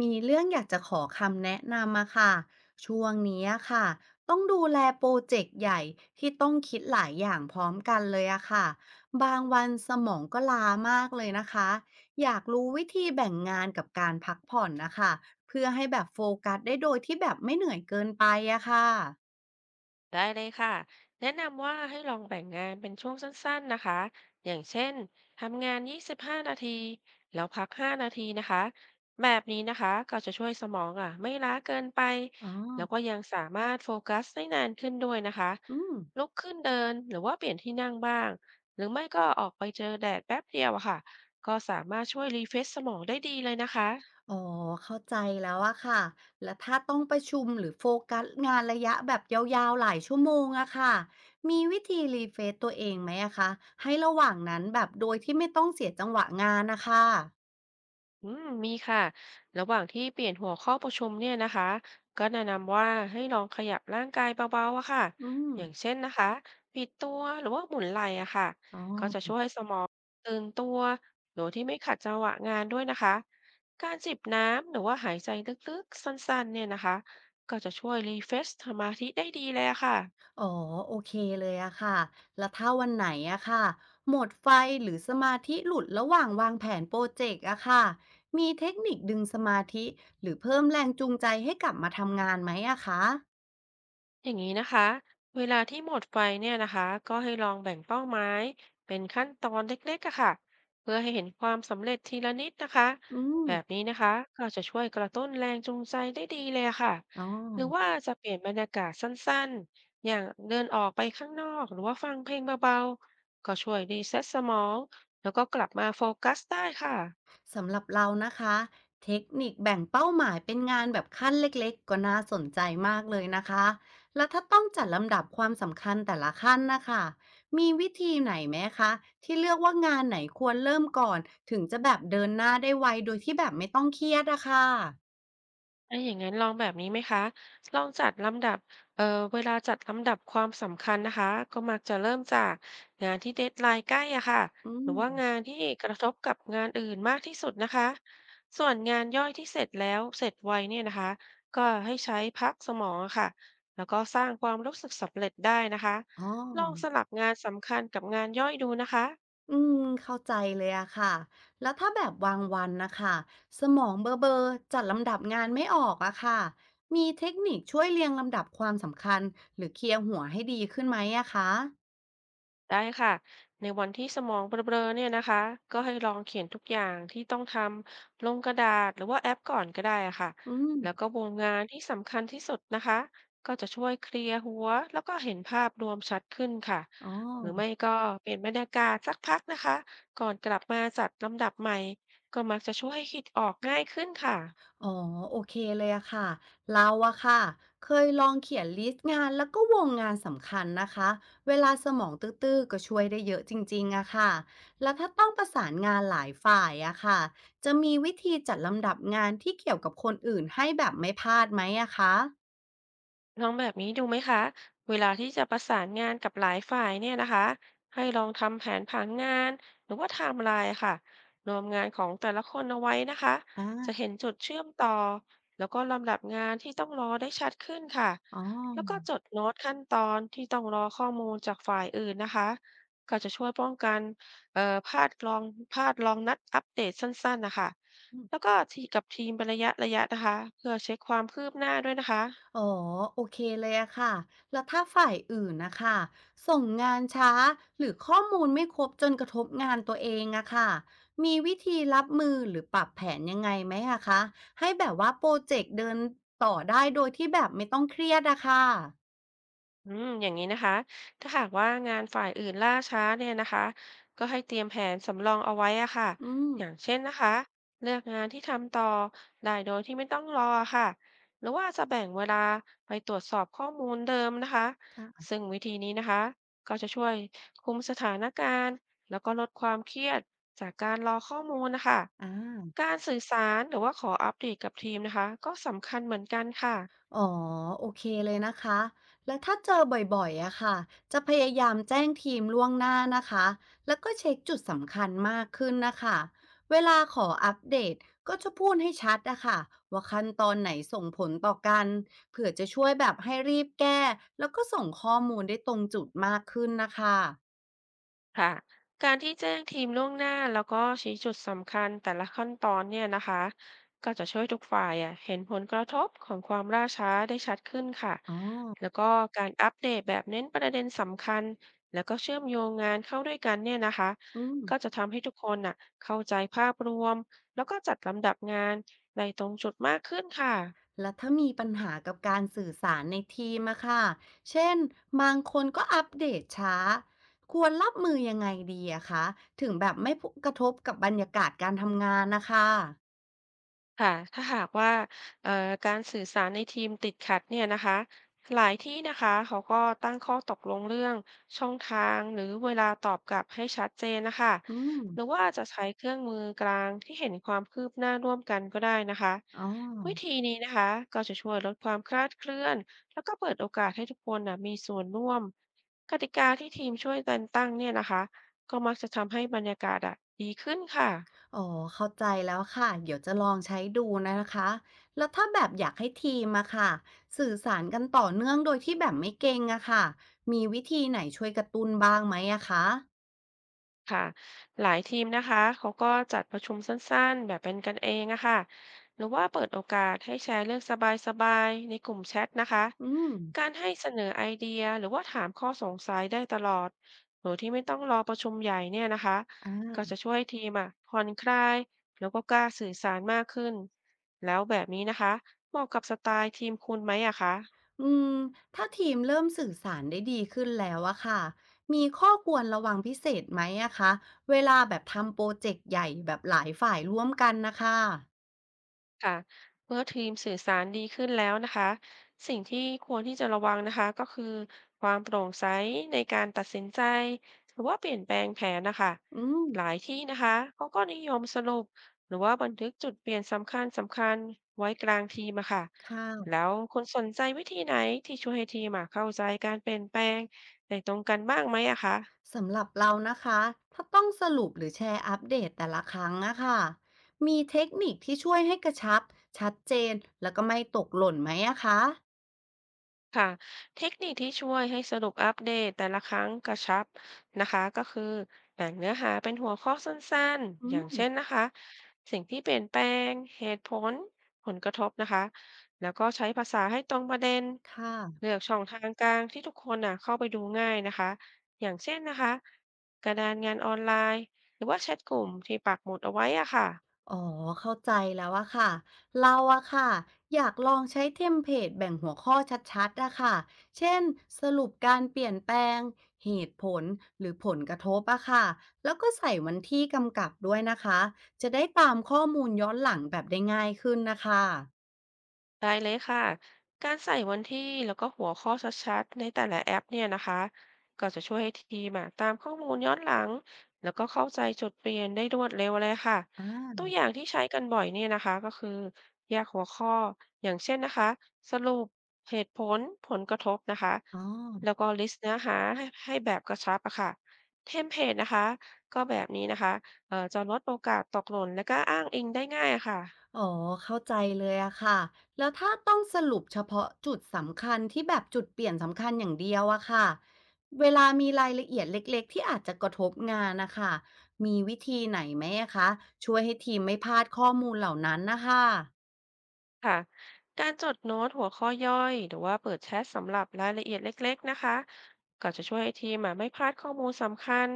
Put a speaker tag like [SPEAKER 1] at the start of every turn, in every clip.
[SPEAKER 1] มีเรื่องอยากจะขอคำแนะนำมะค่ะช่วงนี้อะค่ะต้องดูแลโปรเจกต์ใหญ่ที่ต้องคิดหลายอย่างพร้อมกันเลยอะค่ะบางวันสมองก็ล้ามากเลยนะคะอยากรู้วิธีแบ่งงานกับการพักผ่อนนะคะเพื่อให้แบบโฟกัสได้โดยที่แบบไม่เหนื่อยเกินไปอะค่ะ
[SPEAKER 2] ได้เลยค่ะแนะนำว่าให้ลองแบ่งงานเป็นช่วงสั้นๆนะคะอย่างเช่นทำงาน 25 นาทีแล้วพัก 5 นาทีนะคะแบบนี้นะคะก็จะช่วยสมองอ่ะไม่ล้าเกินไป
[SPEAKER 1] อ๋อ
[SPEAKER 2] แล้วก็ยังสามารถโฟกัสได้นานขึ้นด้วยนะคะ
[SPEAKER 1] อืม
[SPEAKER 2] ลุกขึ้นเดินหรือว่าเปลี่ยนที่นั่งบ้างหรือไม่ก็ออกไปเจอแดดแป๊บเดียวอะค่ะก็สามารถช่วยรีเฟรชสมองได้ดีเลยนะคะ
[SPEAKER 1] อ๋อเข้าใจแล้วอะค่ะแล้วถ้าต้องประชุมหรือโฟกัสงานระยะแบบยาวๆหลายชั่วโมงอะค่ะมีวิธีรีเฟรชตัวเองไหมอะคะให้ระหว่างนั้นแบบโดยที่ไม่ต้องเสียจังหวะงานนะคะ
[SPEAKER 2] อืมมีค่ะระหว่างที่เปลี่ยนหัวข้อประชุมเนี่ยนะคะก็แนะนำว่าให้ลองขยับร่างกายเบาๆอะค่ะ
[SPEAKER 1] อืม
[SPEAKER 2] อย่างเช่นนะคะบิดตัวหรือว่าหมุนไหล่อะค่ะ
[SPEAKER 1] อ๋อ
[SPEAKER 2] ก็จะช่วยให้สมองตื่นตัวโดยที่ไม่ขัดจังหวะงานด้วยนะคะการจิบน้ำหรือว่าหายใจลึกๆสั้นๆเนี่ยนะคะก็จะช่วยรีเฟรชสมาธิได้ดีเลยอะค่ะ
[SPEAKER 1] อ๋อโอเคเลยอะค่ะแล้วถ้าวันไหนอะค่ะหมดไฟหรือสมาธิหลุดระหว่างวางแผนโปรเจกต์อะค่ะมีเทคนิคดึงสมาธิหรือเพิ่มแรงจูงใจให้กลับมาทำงานไหมอะคะ
[SPEAKER 2] อย่างนี้นะคะ เวลาที่หมดไฟเนี่ยนะคะก็ให้ลองแบ่งเป้าหมายเป็นขั้นตอนเล็กๆอะค่ะเพื่อให้เห็นความสำเร็จทีละนิดนะคะ
[SPEAKER 1] อืม
[SPEAKER 2] แบบนี้นะคะก็จะช่วยกระตุ้นแรงจูงใจได้ดีเลยอะค่ะ
[SPEAKER 1] อ๋อ
[SPEAKER 2] หรือว่าจะเปลี่ยนบรรยากาศสั้นๆ อย่างเดินออกไปข้างนอกหรือว่าฟังเพลงเบาๆก็ช่วยรีเซ็ตสมองแล้วก็กลับมาโฟกัสได้ค่ะ
[SPEAKER 1] สำหรับเรานะคะเทคนิคแบ่งเป้าหมายเป็นงานแบบขั้นเล็กๆก็น่าสนใจมากเลยนะคะแล้วถ้าต้องจัดลำดับความสำคัญแต่ละขั้นนะคะมีวิธีไหนไหมคะที่เลือกว่างานไหนควรเริ่มก่อนถึงจะแบบเดินหน้าได้ไวโดยที่แบบไม่ต้องเครียดอะค่ะ
[SPEAKER 2] ถ้าอย่างนั้นลองแบบนี้ไหมคะ ลองจัดลำดับ เอ่อเวลาจัดลำดับความสำคัญนะคะก็มักจะเริ่มจากงานที่เดดไลน์ใกล้อะค่ะ
[SPEAKER 1] อื
[SPEAKER 2] หรือ
[SPEAKER 1] ม
[SPEAKER 2] ว่างานที่กระทบกับงานอื่นมากที่สุดนะคะส่วนงานย่อยที่เสร็จแล้วเสร็จไวเนี่ยนะคะก็ให้ใช้พักสมองอะค่ะแล้วก็สร้างความรู้สึกสำเร็จได้นะคะ
[SPEAKER 1] อ๋อ
[SPEAKER 2] ลองสลับงานสำคัญกับงานย่อยดูนะคะ
[SPEAKER 1] อืมเข้าใจเลยอะค่ะแล้วถ้าแบบวางวันนะคะสมองเบอเบอร์จัดลำดับงานไม่ออกอะค่ะมีเทคนิคช่วยเรียงลำดับความสำคัญหรือเคลียร์หัวให้ดีขึ้นไหมอะคะ
[SPEAKER 2] ได้ค่ะ ในวันที่สมองเบลอๆเนี่ยนะคะก็ให้ลองเขียนทุกอย่างที่ต้องทำลงกระดาษหรือว่าแอปก่อนก็ได้อะค่ะ
[SPEAKER 1] อื
[SPEAKER 2] แล้วก็
[SPEAKER 1] ม
[SPEAKER 2] วงงานที่สำคัญที่สุดนะคะก็จะช่วยเคลียร์หัวแล้วก็เห็นภาพรวมชัดขึ้นค่ะ
[SPEAKER 1] อ๋อ
[SPEAKER 2] หรือไม่ก็เปลี่ยนบรรยากาศสักพักนะคะก่อนกลับมาจัดลำดับใหม่ก็มักจะช่วยให้คิดออกง่ายขึ้นค่ะ
[SPEAKER 1] อ๋อโอเคเลยอะค่ะเราอะค่ะเคยลองเขียนลิสต์งานแล้วก็วงงานสำคัญนะคะเวลาสมองตื้อๆก็ช่วยได้เยอะจริงๆอะค่ะแล้วถ้าต้องประสานงานหลายฝ่ายอะค่ะจะมีวิธีจัดลำดับงานที่เกี่ยวกับคนอื่นให้แบบไม่พลาดไหมอะคะ
[SPEAKER 2] ลองแบบนี้ดูไหมคะเวลาที่จะประสานงานกับหลายฝ่ายเนี่ยนะคะให้ลองทำแผนผังงานหรือว่าไทม์ไลน์ค่ะรวมงานของแต่ละคนเอาไว้นะคะจะเห็
[SPEAKER 1] อ่า
[SPEAKER 2] นจุดเชื่อมต่อแล้วก็ลำดับงานที่ต้องรอได้ชัดขึ้นค่ะ
[SPEAKER 1] อ๋อ
[SPEAKER 2] แล้วก็จดโน้ตขั้นตอนที่ต้องรอข้อมูลจากฝ่ายอื่นนะคะก็จะช่วยป้องกันเอ่อพลาดลองพลาดลองนัดอัปเดตสั้นๆนะคะแล้วก็ทีกับทีมเป็นระยะนะคะเพื่อเช็คความคืบหน้าด้วยนะคะ
[SPEAKER 1] อ๋อโอเคเลยอะค่ะแล้วถ้าฝ่ายอื่นนะคะส่งงานช้าหรือข้อมูลไม่ครบจนกระทบงานตัวเองอะค่ะมีวิธีรับมือหรือปรับแผนยังไงไหมอะคะให้แบบว่าโปรเจกต์เดินต่อได้โดยที่แบบไม่ต้องเครียดอะค่ะ
[SPEAKER 2] อืมอย่างนี้นะคะถ้าหากว่างานฝ่ายอื่นล่าช้าเนี่ยนะคะก็ให้เตรียมแผนสำรองเอาไว้อะค่ะ
[SPEAKER 1] อืม
[SPEAKER 2] อย่างเช่นนะคะเลือกงานที่ทำต่อได้โดยที่ไม่ต้องรออะค่ะหรือว่าจะแบ่งเวลาไปตรวจสอบข้อมูลเดิมนะคะ
[SPEAKER 1] ค่ะ
[SPEAKER 2] ซึ่งวิธีนี้นะคะก็จะช่วยคุมสถานการณ์แล้วก็ลดความเครียดจากการรอข้อมูลนะคะ
[SPEAKER 1] อ่า
[SPEAKER 2] การสื่อสารหรือว่าขออัปเดตกับทีมนะคะก็สำคัญเหมือนกันค่ะ
[SPEAKER 1] อ๋อโอเคเลยนะคะแล้วถ้าเจอบ่อยๆอะค่ะจะพยายามแจ้งทีมล่วงหน้านะคะแล้วก็เช็คจุดสำคัญมากขึ้นนะคะเวลาขออัปเดตก็จะพูดให้ชัดอะค่ะว่าขั้นตอนไหนส่งผลต่อกันเผื่อจะช่วยแบบให้รีบแก้แล้วก็ส่งข้อมูลได้ตรงจุดมากขึ้นนะคะ
[SPEAKER 2] ค่ะการที่แจ้งทีมล่วงหน้าแล้วก็ชี้จุดสำคัญแต่ละขั้นตอนเนี่ยนะคะก็จะช่วยทุกฝ่ายอ่ะเห็นผลกระทบของความล่าช้าได้ชัดขึ้นค่ะ
[SPEAKER 1] อ๋อ
[SPEAKER 2] แล้วก็การอัปเดตแบบเน้นประเด็นสำคัญแล้วก็เชื่อมโยงงานเข้าด้วยกันเนี่ยนะคะ
[SPEAKER 1] อืม
[SPEAKER 2] ก็จะทำให้ทุกคนน่ะเข้าใจภาพรวมแล้วก็จัดลำดับงานในตรงจุดมากขึ้นค่ะ
[SPEAKER 1] แล้วถ้ามีปัญหากับการสื่อสารในทีมอะค่ะเช่นบางคนก็อัปเดตช้าควรรับมือยังไงดีอะคะถึงแบบไม่กระทบกับบรรยากาศการทำงานนะคะ
[SPEAKER 2] ค่ะถ้าหากว่าเอ่อการสื่อสารในทีมติดขัดเนี่ยนะคะหลายที่นะคะเขาก็ตั้งข้อตกลงเรื่องช่องทางหรือเวลาตอบกลับให้ชัดเจนนะคะ
[SPEAKER 1] อืม
[SPEAKER 2] หรือว่าจะใช้เครื่องมือกลางที่เห็นความคืบหน้าร่วมกันก็ได้นะคะ
[SPEAKER 1] อ๋อ
[SPEAKER 2] วิธีนี้นะคะก็จะช่วยลดความคลาดเคลื่อนแล้วก็เปิดโอกาสให้ทุกคนนะมีส่วนร่วมกติกาที่ทีมช่วยกันตั้งเนี่ยนะคะก็มักจะทำให้บรรยากาศอ่ะดีขึ้นค่ะ
[SPEAKER 1] อ๋อ เข้าใจแล้วค่ะ เดี๋ยวจะลองใช้ดูนะคะแล้วถ้าแบบอยากให้ทีมอะค่ะสื่อสารกันต่อเนื่องโดยที่แบบไม่เก่งอะค่ะมีวิธีไหนช่วยกระตุ้นบ้างไหมอะคะ
[SPEAKER 2] ค่ะหลายทีมนะคะเขาก็จัดประชุมสั้นๆแบบเป็นกันเองอะค่ะหรือว่าเปิดโอกาสให้แชร์เรื่องสบายๆในกลุ่มแชทนะคะ
[SPEAKER 1] อืม
[SPEAKER 2] การให้เสนอไอเดียหรือว่าถามข้อสงสัยได้ตลอดโดยที่ไม่ต้องรอประชุมใหญ่เนี่ยนะคะ
[SPEAKER 1] อ่
[SPEAKER 2] ก็
[SPEAKER 1] า
[SPEAKER 2] จะช่วยทีมอะผ่อนคลายแล้วก็กล้าสื่อสารมากขึ้นแล้วแบบนี้นะคะเหมาะกับสไตล์ทีมคุณไหมอะคะ
[SPEAKER 1] อืมถ้าทีมเริ่มสื่อสารได้ดีขึ้นแล้วอะค่ะ มีข้อควรระวังพิเศษไหมอะคะ เวลาแบบทำโปรเจกต์ใหญ่แบบหลายฝ่ายร่วมกันนะคะ
[SPEAKER 2] ค่ะเมื่อทีมสื่อสารดีขึ้นแล้วนะคะสิ่งที่ควรที่จะระวังนะคะก็คือความโปร่งใสในการตัดสินใจหรือว่าเปลี่ยนแปลงแผนนะคะ
[SPEAKER 1] อืม
[SPEAKER 2] หลายที่นะคะเขาก็นิยมสรุปหรือว่าบันทึกจุดเปลี่ยนสำคัญสำคัญไว้กลางทีมอะค่ะ
[SPEAKER 1] ค่
[SPEAKER 2] แล้
[SPEAKER 1] ะ
[SPEAKER 2] วคุณสนใจวิธีไหนที่ช่วยให้ทีมอะเข้าใจการเปลี่ยนแปลงในตรงกันบ้างไหมอะคะ
[SPEAKER 1] สำหรับเรานะคะ ถ้าต้องสรุปหรือแชร์อัปเดตแต่ละครั้งอะค่ะมีเทคนิคที่ช่วยให้กระชับ ชัดเจน แล้วก็ไม่ตกหล่นไหมอะคะ
[SPEAKER 2] ค่ะเทคนิคที่ช่วยให้สรุปอัปเดตแต่ละครั้งกระชับนะคะก็คือแบ่งเนื้อหาเป็นหัวข้อสั้นๆ
[SPEAKER 1] อื
[SPEAKER 2] อย่าง
[SPEAKER 1] ม
[SPEAKER 2] เช่นนะคะสิ่งที่เปลี่ยนแปลงเหตุผลผลกระทบนะคะแล้วก็ใช้ภาษาให้ตรงประเด็น
[SPEAKER 1] ค่ะ
[SPEAKER 2] เลือกช่องทางกลางที่ทุกคนน่ะเข้าไปดูง่ายนะคะอย่างเช่นนะคะกระดานงานออนไลน์หรือว่าแชทกลุ่มที่ปักหมุดเอาไว้อะค่ะ
[SPEAKER 1] อ๋อเข้าใจแล้วอะค่ะเราอะค่ะอยากลองใช้เทมเพลตแบ่งหัวข้อชัดๆอะค่ะเช่นสรุปการเปลี่ยนแปลงเหตุผลหรือผลกระทบอะค่ะแล้วก็ใส่วันที่กำกับด้วยนะคะจะได้ตามข้อมูลย้อนหลังแบบได้ง่ายขึ้นนะคะ
[SPEAKER 2] ได้เลยค่ะ การใส่วันที่แล้วก็หัวข้อชัดๆในแต่ละแอปเนี่ยนะคะก็จะช่วยให้ทีมอะตามข้อมูลย้อนหลังแล้วก็เข้าใจจุดเปลี่ยนได้รวดเร็วเลยค่ะ
[SPEAKER 1] อ่
[SPEAKER 2] ตั
[SPEAKER 1] า
[SPEAKER 2] วอย่างที่ใช้กันบ่อยเนี่ยนะคะก็คือแยกหัวข้ออย่างเช่นนะคะสรุปเหตุผลผลกระทบนะคะ
[SPEAKER 1] อ๋อ
[SPEAKER 2] แล้วก็ลิสต์เนื้อหาให้แบบกระชับอะค่ะเทมเพลตนะคะก็แบบนี้นะคะจะลดโอกาสตกหล่นและก็อ้างอิงได้ง่ายอะค่ะ
[SPEAKER 1] อ๋อเข้าใจเลยอะค่ะแล้วถ้าต้องสรุปเฉพาะจุดสำคัญที่แบบจุดเปลี่ยนสำคัญอย่างเดียวอะค่ะเวลามีรายละเอียดเล็กๆที่อาจจะกระทบงานนะคะมีวิธีไหนไหมอะคะช่วยให้ทีมไม่พลาดข้อมูลเหล่านั้นนะคะ
[SPEAKER 2] ค่ะการจดโน้ตหัวข้อย่อยหรือว่าเปิดแชทสำหรับรายละเอียดเล็กๆนะคะก็จะช่วยให้ทีมอะไม่พลาดข้อมูลสำคัญ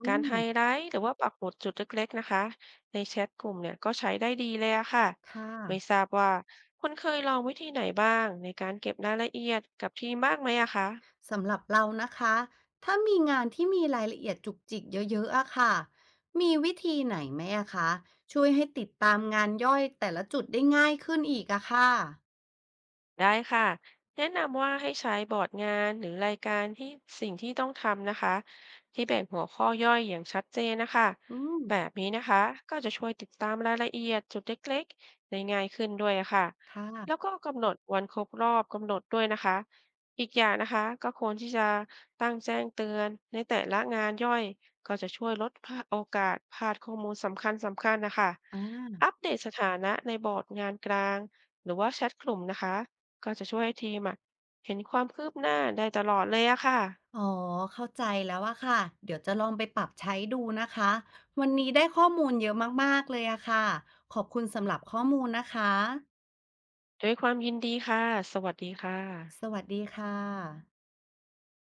[SPEAKER 1] อื
[SPEAKER 2] การ
[SPEAKER 1] ม
[SPEAKER 2] ไฮไลท์หรือว่าปักหมุดจุดเล็กๆนะคะในแชทกลุ่มเนี่ยก็ใช้ได้ดีเลยอะค่ะ
[SPEAKER 1] ค่ะ
[SPEAKER 2] ไม่ทราบว่าคุณเคยลองวิธีไหนบ้างในการเก็บรายละเอียดกับทีมบ้างไหมอะคะ
[SPEAKER 1] สำหรับเรานะคะถ้ามีงานที่มีรายละเอียดจุกจิกเยอะๆอะค่ะมีวิธีไหนไหมอะคะช่วยให้ติดตามงานย่อยแต่ละจุดได้ง่ายขึ้นอีกอะค่ะ
[SPEAKER 2] ได้ค่ะแนะนำว่าให้ใช้บอร์ดงานหรือรายการที่สิ่งที่ต้องทำนะคะที่แบ่งหัวข้อย่อยอย่างชัดเจนนะคะ
[SPEAKER 1] อืม
[SPEAKER 2] แบบนี้นะคะก็จะช่วยติดตามรายละเอียดจุดเล็กๆได้ง่ายขึ้นด้วยอะค่ะ
[SPEAKER 1] ค
[SPEAKER 2] แล้ว
[SPEAKER 1] ่ะ
[SPEAKER 2] ก็กำหนดวันครบรอบกำหนดด้วยนะคะอีกอย่างนะคะก็ควรที่จะตั้งแจ้งเตือนในแต่ละงานย่อยก็จะช่วยลดพลาดโอกาสพลาดข้อมูลสำคัญสำคัญนะคะ
[SPEAKER 1] อา
[SPEAKER 2] อัปเดตสถานะในบอร์ดงานกลางหรือว่าแชทกลุ่มนะคะ ก็จะช่วยให้ทีมอะเห็นความคืบหน้าได้ตลอดเลยอะค่ะ
[SPEAKER 1] อ๋อ เข้าใจแล้วอะค่ะ เดี๋ยวจะลองไปปรับใช้ดูนะคะ วันนี้ได้ข้อมูลเยอะมากๆเลยอะค่ะ ขอบคุณสำหรับข้อมูลนะคะ
[SPEAKER 2] ด้วยความยินดีค่ะสวัสดีค่ะ
[SPEAKER 1] สวัสดีค่ะ